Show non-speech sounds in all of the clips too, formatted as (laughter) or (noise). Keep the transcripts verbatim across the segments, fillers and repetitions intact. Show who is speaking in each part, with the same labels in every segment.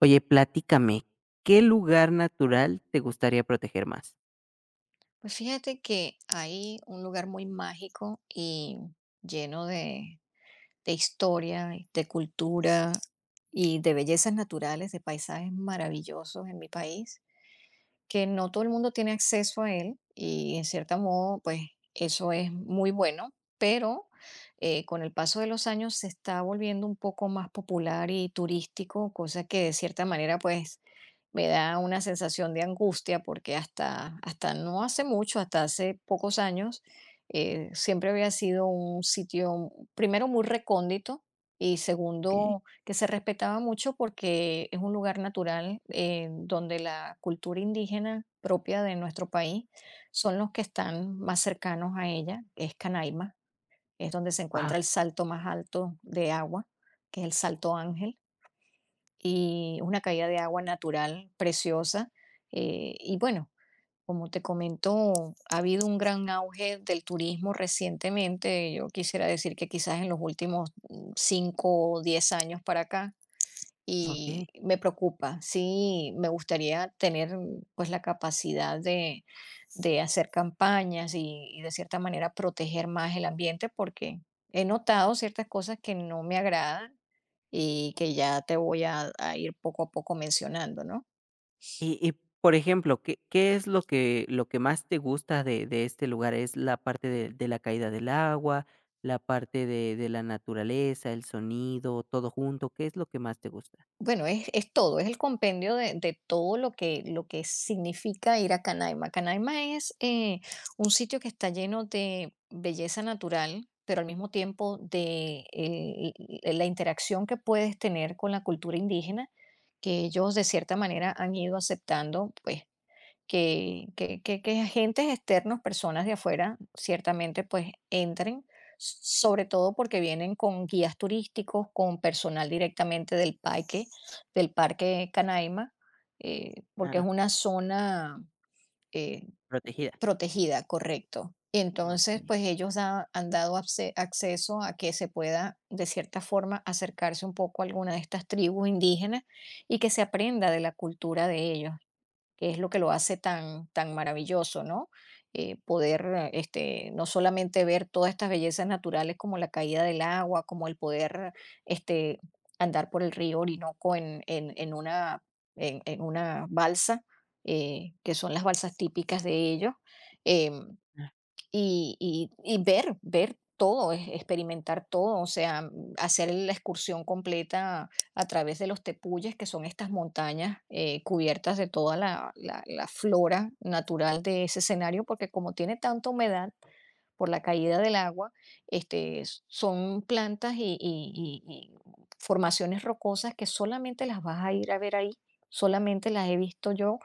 Speaker 1: Oye, platícame, ¿qué lugar natural te gustaría proteger más?
Speaker 2: Pues fíjate que hay un lugar muy mágico y lleno de, de historia, de cultura y de bellezas naturales, de paisajes maravillosos en mi país, que no todo el mundo tiene acceso a él y en cierto modo, pues eso es muy bueno, pero eh, con el paso de los años se está volviendo un poco más popular y turístico, cosa que de cierta manera, pues me da una sensación de angustia porque hasta, hasta no hace mucho, hasta hace pocos años, eh, siempre había sido un sitio, primero, muy recóndito y
Speaker 1: Okey.
Speaker 2: segundo, que se respetaba mucho porque es un lugar natural eh, donde la cultura indígena propia de nuestro país son los que están más cercanos a ella, que es Canaima, es donde se
Speaker 1: Ah,
Speaker 2: encuentra el salto más alto de agua, que es el Salto Ángel y una caída de agua natural preciosa. Eh, y bueno, como te comento, ha habido un gran auge del turismo recientemente. Yo quisiera decir que quizás en los últimos mm, cinco o diez años para acá. Y
Speaker 1: ¿ok?
Speaker 2: me preocupa, sí, me gustaría tener mm, pues la capacidad de, de hacer campañas y, y de cierta manera proteger más el ambiente porque he notado ciertas cosas que no me agradan y que ya te voy a, a ir poco a poco mencionando, ¿no?
Speaker 1: Y y, por ejemplo, ¿qué qué es lo que lo que más te gusta de de este lugar? ¿Es la parte de de la caída del agua, la parte de de la naturaleza, el sonido, todo junto? ¿Qué es lo que más te gusta?
Speaker 2: Bueno, es, es todo, es el compendio de, de todo lo que, lo que significa ir a Canaima. Canaima es eh, un sitio que está lleno de belleza natural, pero al mismo tiempo de el- la interacción que puedes tener con la cultura indígena, que ellos de cierta manera han ido aceptando, pues que, que, que, que agentes externos, personas de afuera, ciertamente pues entren, s- sobre todo porque vienen con guías turísticos, con personal directamente del parque, del parque Canaima, eh, porque
Speaker 1: Claro.
Speaker 2: es una zona eh,
Speaker 1: Protegida.
Speaker 2: protegida, correcto. Y
Speaker 1: Ah.
Speaker 2: entonces, pues ellos da- han dado acce- acceso a que se pueda, de cierta forma, acercarse un poco a alguna de estas tribus indígenas y que se aprenda de la cultura de ellos que es lo que lo hace tan, tan maravilloso, ¿no? Eh, poder eh, este, no solamente ver todas estas bellezas naturales como la caída del agua, como el poder este, andar por el río Orinoco en, en- en una, en, en una balsa, eh, que son las balsas típicas de ellos, em, y y y ver ver todo, e experimentar todo, o sea, mm, hacer la excursión completa a través de los tepuyes, que son estas montañas, eh, cubiertas de toda la la la flora natural de ese escenario, porque como tiene tanta humedad, por la caída del agua, este, son plantas y, y- y- y formaciones rocosas que solamente las vas a ir a ver ahí, solamente las he visto yo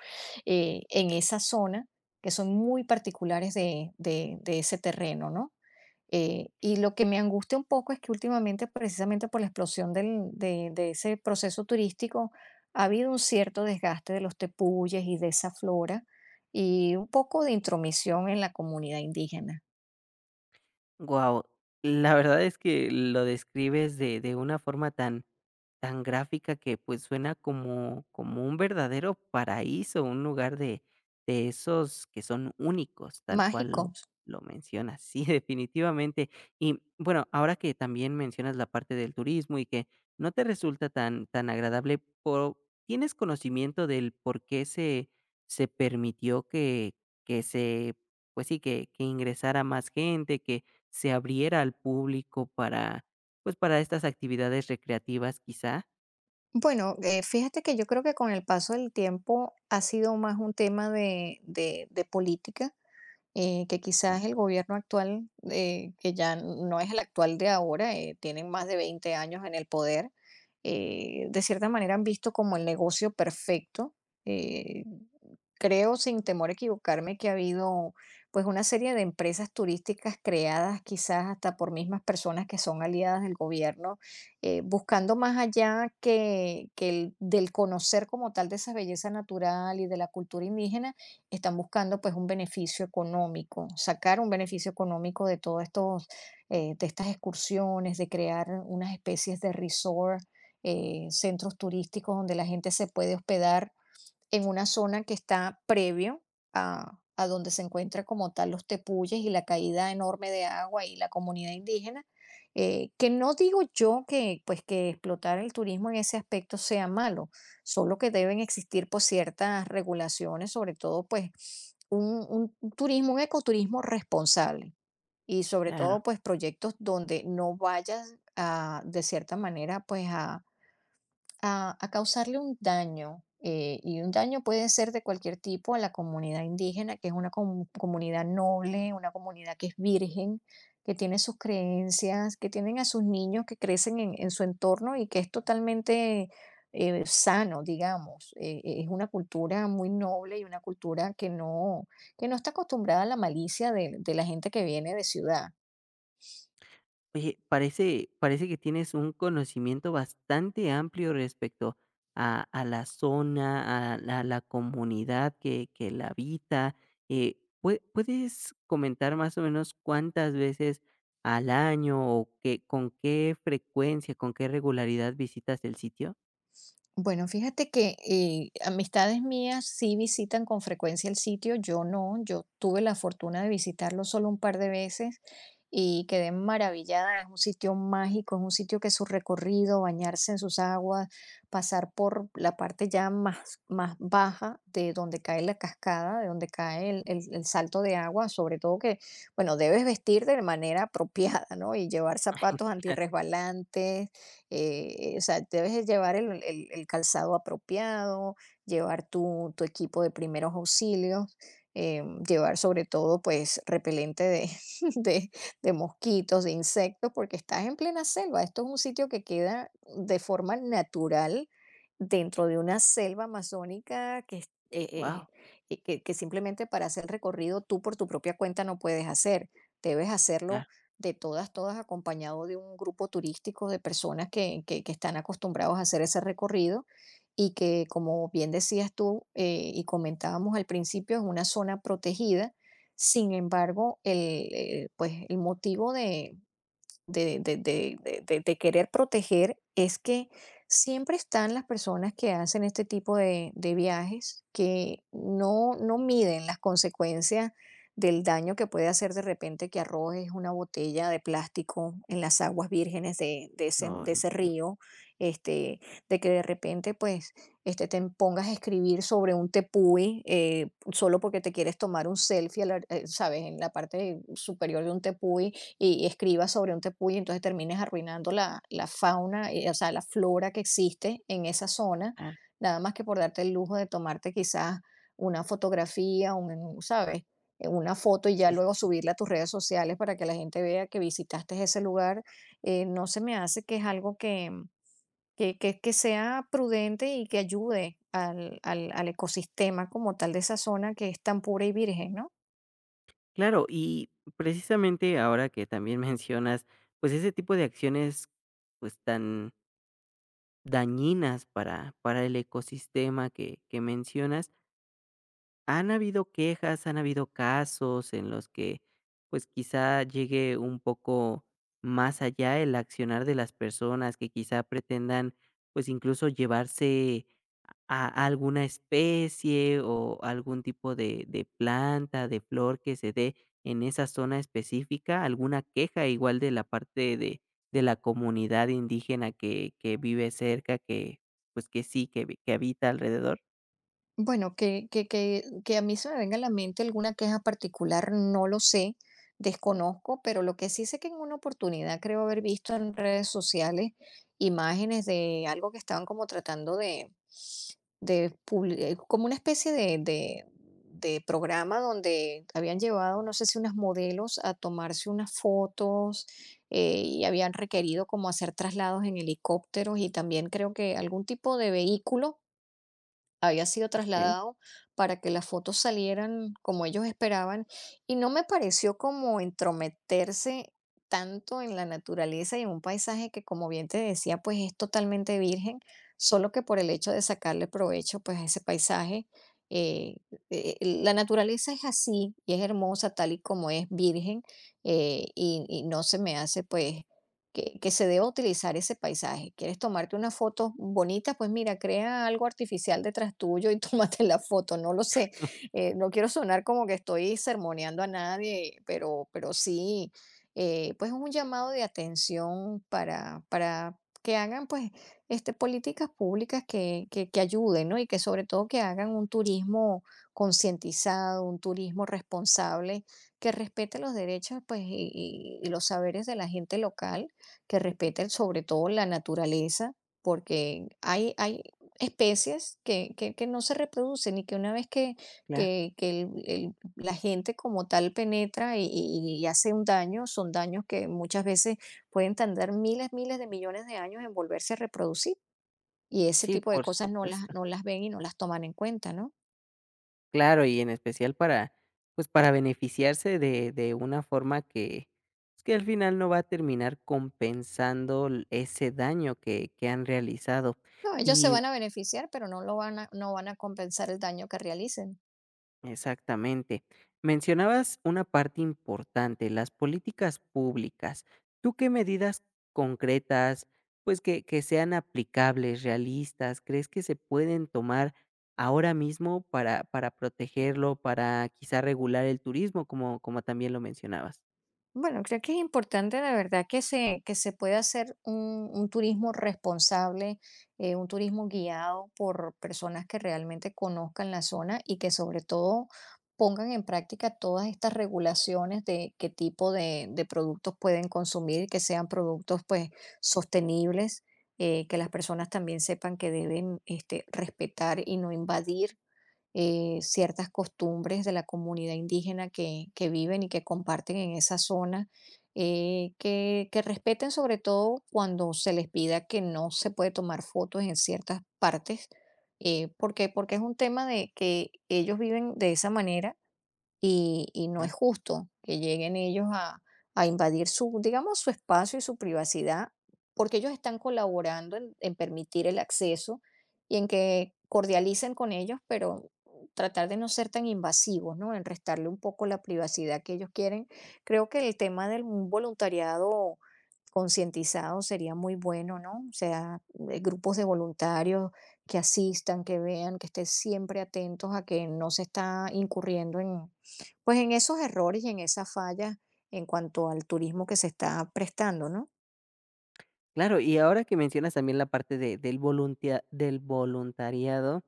Speaker 2: eh, en esa zona, que son muy particulares de, de- de ese terreno, ¿no? Eh, y lo que me angustia un poco es que últimamente, precisamente por la explosión del- de, de ese proceso turístico, ha habido un cierto desgaste de los tepuyes y de esa flora y un poco de intromisión en la comunidad indígena.
Speaker 1: Wow, la verdad es que lo describes de de una forma tan tan gráfica que, pues, suena como como un verdadero paraíso, un lugar de de esos que son únicos, tal cual lo
Speaker 2: Mágicos.
Speaker 1: lo mencionas. Sí, (laughs) definitivamente. Y, bueno, ahora que también mencionas la parte del turismo y que no te resulta tan tan agradable, po ¿tienes conocimiento del por qué se se permitió que que se, pues sí, que que ingresara más gente, que se abriera al público para, pues, para estas actividades recreativas quizá.
Speaker 2: Bueno, eh, fíjate que yo creo que con el paso del tiempo ha sido más un tema de, de- de política eh, que quizás
Speaker 1: Eh,
Speaker 2: el gobierno actual, eh, que ya no es el actual de ahora, eh, tienen más de veinte años en el poder, eh, de cierta manera han visto como el negocio perfecto. eh, creo, sin temor a equivocarme, que ha habido pues una serie de empresas turísticas creadas quizás hasta por mismas personas que son aliadas del gobierno, eh, buscando más allá que, que el- del conocer como tal de esa belleza natural y de la cultura indígena están buscando pues un beneficio económico, sacar un beneficio económico de todos estos, eh, de estas excursiones, de crear unas especies de resort, eh, centros turísticos donde la gente se puede hospedar en una zona que está previo a, a donde se encuentra como tal los tepuyes y la caída enorme de agua y la comunidad indígena, eh, que no digo yo que pues que explotar el turismo en ese aspecto sea malo, solo que deben existir pues ciertas regulaciones, sobre todo pues un un un turismo, un ecoturismo responsable y sobre
Speaker 1: claro.
Speaker 2: todo, pues, proyectos donde no vayas a, de cierta manera, pues, a a, a causarle un daño, eh, y un daño puede ser de cualquier tipo a la comunidad indígena, que es una comu- comunidad noble, una comunidad que es virgen, que tiene sus creencias, que tienen a sus niños que crecen en, en su entorno y que es totalmente eh, sano, digamos. Eh, eh, es una cultura muy noble y una cultura que no, que no está acostumbrada a la malicia de, de la gente que viene de ciudad.
Speaker 1: Oye, parece parece que tienes un conocimiento bastante amplio respecto a a la zona, a la a la comunidad que que la habita, eh, ¿pue puedes comentar más o menos cuántas veces al año o qué con qué frecuencia, con qué regularidad visitas el sitio?
Speaker 2: Bueno, fíjate que eh, amistades mías sí visitan con frecuencia el sitio, yo no, yo tuve la fortuna de visitarlo solo un par de veces y quedé maravillada, es un sitio mágico, es un sitio que su recorrido, bañarse en sus aguas, pasar por la parte ya más, más baja de donde cae la cascada, de donde cae el, el- el salto de agua, sobre todo que, bueno, debes vestir de manera apropiada, ¿no? Y llevar zapatos
Speaker 1: Claro.
Speaker 2: antirresbalantes eh, o sea, debes llevar el, el- el calzado apropiado, llevar tu, tu equipo de primeros auxilios, eh, llevar sobre todo pues repelente de, (laughs) de, de mosquitos, de insectos, porque estás en plena selva. Esto es un sitio que queda de forma natural dentro de una selva amazónica que, es- eh, eh,
Speaker 1: Guau.
Speaker 2: eh, que, que simplemente para hacer el recorrido tú por tu propia cuenta no puedes hacer. Debes hacerlo
Speaker 1: Claro.
Speaker 2: de todas, todas, acompañado de un grupo turístico de personas que, que- que están acostumbrados a hacer ese recorrido y que, como bien decías tú eh, y comentábamos al principio, es una zona protegida. Sin embargo, el, eh, pues, el motivo de, de, de, de- de- de- de querer proteger es que siempre están las personas que hacen este tipo de, de viajes que no, no miden las consecuencias del daño que puede hacer de repente que arrojes una botella de plástico en las aguas vírgenes de, de ese, de
Speaker 1: Ay,
Speaker 2: ese
Speaker 1: sí.
Speaker 2: río, este, de que de repente pues este, te pongas a escribir sobre un tepuy eh, solo porque te quieres tomar un selfie, a la- eh, ¿sabes? En la parte superior de un tepuy y escribas sobre un tepuy, entonces termines arruinando la, la fauna, eh, o sea, la flora que existe en esa zona,
Speaker 1: Claro.
Speaker 2: nada más que por darte el lujo de tomarte quizás una fotografía, un, ¿sabes? Eh, Una foto y ya
Speaker 1: Sí, sí,
Speaker 2: luego
Speaker 1: sí.
Speaker 2: subirla a tus redes sociales para que la gente vea que visitaste ese lugar, eh, no se me hace que es algo que, que, que- que sea prudente y que ayude al, al al ecosistema como tal de esa zona que es tan pura y virgen, ¿no?
Speaker 1: Claro, y precisamente ahora que también (laughs) mencionas, pues ese tipo de acciones, pues tan dañinas para, para el ecosistema que, que mencionas, han habido quejas, han habido casos en los que, pues, quizá llegue un poco más allá el accionar de las personas que quizá pretendan, pues, incluso llevarse a a alguna especie o algún tipo de de planta, de flor que se dé en esa zona específica, alguna queja igual de la parte de de la comunidad indígena que que vive cerca, que, pues, que sí, que vi- que habita alrededor.
Speaker 2: Bueno, que que que que a mí se me venga a la mente alguna queja particular, no lo sé, desconozco, pero lo que sí sé que en una oportunidad creo haber visto en redes sociales imágenes de algo que estaban como tratando de de publi eh, como una especie de de de programa donde habían llevado, no sé si unas modelos a tomarse unas fotos, eh, y habían requerido como hacer traslados en helicópteros y también creo que algún tipo de vehículo había sido
Speaker 1: Okey,
Speaker 2: trasladado para que las fotos salieran como ellos esperaban y no me pareció como entrometerse tanto en la naturaleza y en un paisaje que como bien te decía, pues es totalmente virgen, solo que por el hecho de sacarle provecho pues a ese paisaje, eh, eh, la naturaleza es así y es hermosa tal y como es virgen eh, y, y no se me hace pues que, que se deba utilizar ese paisaje. ¿Quieres tomarte una foto bonita? Pues mira, crea algo artificial detrás tuyo y (laughs) tómate la foto. No lo sé. Eh, no quiero sonar como que estoy sermoneando a nadie, pero, pero sí, eh, pues es un llamado de atención para, para que hagan pues este, políticas públicas que, que, que ayuden, ¿no? Y que sobre todo que hagan un turismo concientizado, un turismo responsable, que respete los derechos pues, y y- y los saberes de la gente local que respeten sobre todo la naturaleza, porque hay, hay especies que, que- que no se reproducen y que una vez que,
Speaker 1: claro.
Speaker 2: que- que el- el- la gente como tal penetra y, y- y hace un daño, son daños que muchas veces pueden tardar miles, miles de millones de años en volverse a reproducir. Y ese
Speaker 1: Sí,
Speaker 2: tipo de
Speaker 1: por
Speaker 2: cosas no las,
Speaker 1: supuesto.
Speaker 2: no las ven y no las toman en cuenta, ¿no?
Speaker 1: Claro, y en especial para, pues, para beneficiarse de de una forma que, pues, que al final no va a terminar compensando l ese daño que que han realizado.
Speaker 2: No, ellos se
Speaker 1: Y
Speaker 2: van a beneficiar, pero no lo van a, no van a compensar el daño que realicen.
Speaker 1: exactamente. Mencionabas una parte importante, las políticas públicas. ¿Tú qué medidas concretas, pues que, que sean aplicables, realistas, crees que se pueden tomar ahora mismo para, para protegerlo, para quizá regular el turismo, como, como también lo mencionabas?
Speaker 2: Bueno, creo que es importante de verdad que se, que se pueda hacer un, un turismo responsable, eh, un turismo guiado por personas que realmente conozcan la zona y que sobre todo pongan en práctica todas estas regulaciones de qué tipo de, de productos pueden consumir, que sean productos pues sostenibles, eh, que las personas también sepan que deben este, respetar y no invadir eh, ciertas costumbres de la comunidad indígena que, que viven y que comparten en esa zona, eh, que, que respeten sobre todo cuando se les pida que no se puede tomar fotos en ciertas partes, eh, porque, porque es un tema de que ellos viven de esa manera y, y no es
Speaker 1: Ah.
Speaker 2: justo que lleguen ellos a, a invadir su, digamos, su espacio y su privacidad, porque ellos están colaborando en, en permitir el acceso y en que cordialicen con ellos, pero tratar de no ser tan invasivos, ¿no? En restarle un poco la privacidad que ellos quieren. Creo que el tema del un voluntariado concientizado sería muy bueno, ¿no? O sea, de grupos de voluntarios que asistan, que vean, que estén siempre atentos a que no se está incurriendo en, pues en esos errores y en esas fallas en cuanto al turismo que se está prestando, ¿no?
Speaker 1: Claro, y ahora que mencionas también la parte de- del, voluntia- del voluntariado,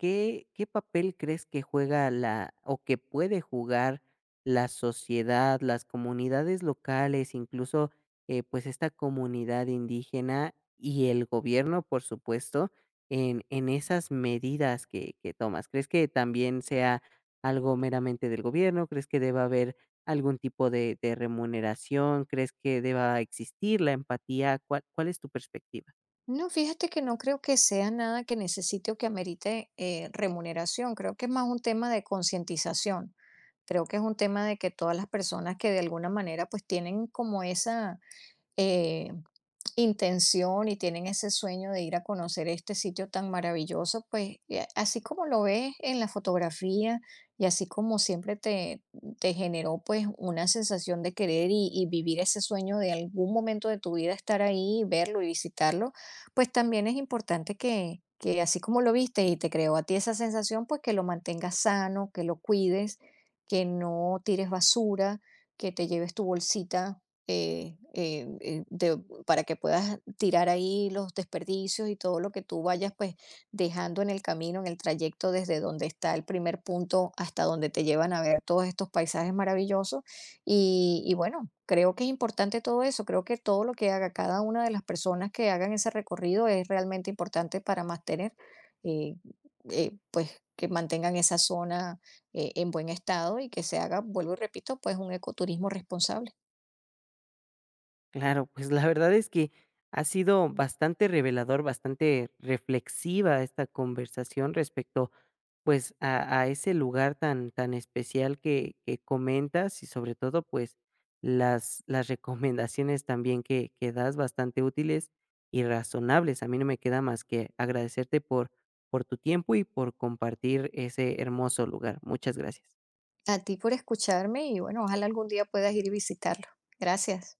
Speaker 1: ¿qué qué papel crees que juega la o que puede jugar la sociedad, las comunidades locales, incluso, eh, pues, esta comunidad indígena y el gobierno, por supuesto, en en esas medidas que que tomas? ¿Crees que también sea algo meramente del gobierno? ¿Crees que deba haber algún tipo de de remuneración? ¿Crees que deba existir la empatía? ¿Cuál cuál es tu perspectiva?
Speaker 2: No, fíjate que no creo que sea nada que necesite o que amerite eh, remuneración. Creo que es más un tema de concientización. Creo que es un tema de que todas las personas que de alguna manera pues tienen como esa, eh, intención y tienen ese sueño de ir a conocer este sitio tan maravilloso, pues y a- así como lo ves en la fotografía y así como siempre te, te generó pues una sensación de querer y, y vivir ese sueño de algún momento de tu vida estar ahí, verlo y visitarlo, pues también es importante que, que así como lo viste y te creó a ti esa sensación, pues que lo mantengas sano, que lo cuides, que no tires basura, que te lleves tu bolsita eh, eh, eh, de- para que puedas tirar ahí los desperdicios y todo lo que tú vayas pues dejando en el camino, en el trayecto desde donde está el primer punto hasta donde te llevan a ver todos estos paisajes maravillosos. Y, y bueno, creo que es importante todo eso, creo que todo lo que haga cada una de las personas que hagan ese recorrido es realmente importante para mantener eh, eh, pues que mantengan esa zona eh, en buen estado y que se haga, vuelvo y repito, pues un ecoturismo responsable.
Speaker 1: Claro, pues la verdad es que ha sido bastante revelador, bastante reflexiva esta conversación respecto pues a, a ese lugar tan, tan especial que, que comentas y sobre todo pues las, las recomendaciones también que, que das bastante útiles y razonables. A mí no me queda más que agradecerte por, por tu tiempo y por compartir ese hermoso lugar. Muchas gracias.
Speaker 2: A ti por escucharme y bueno, ojalá algún día puedas ir y visitarlo. Gracias.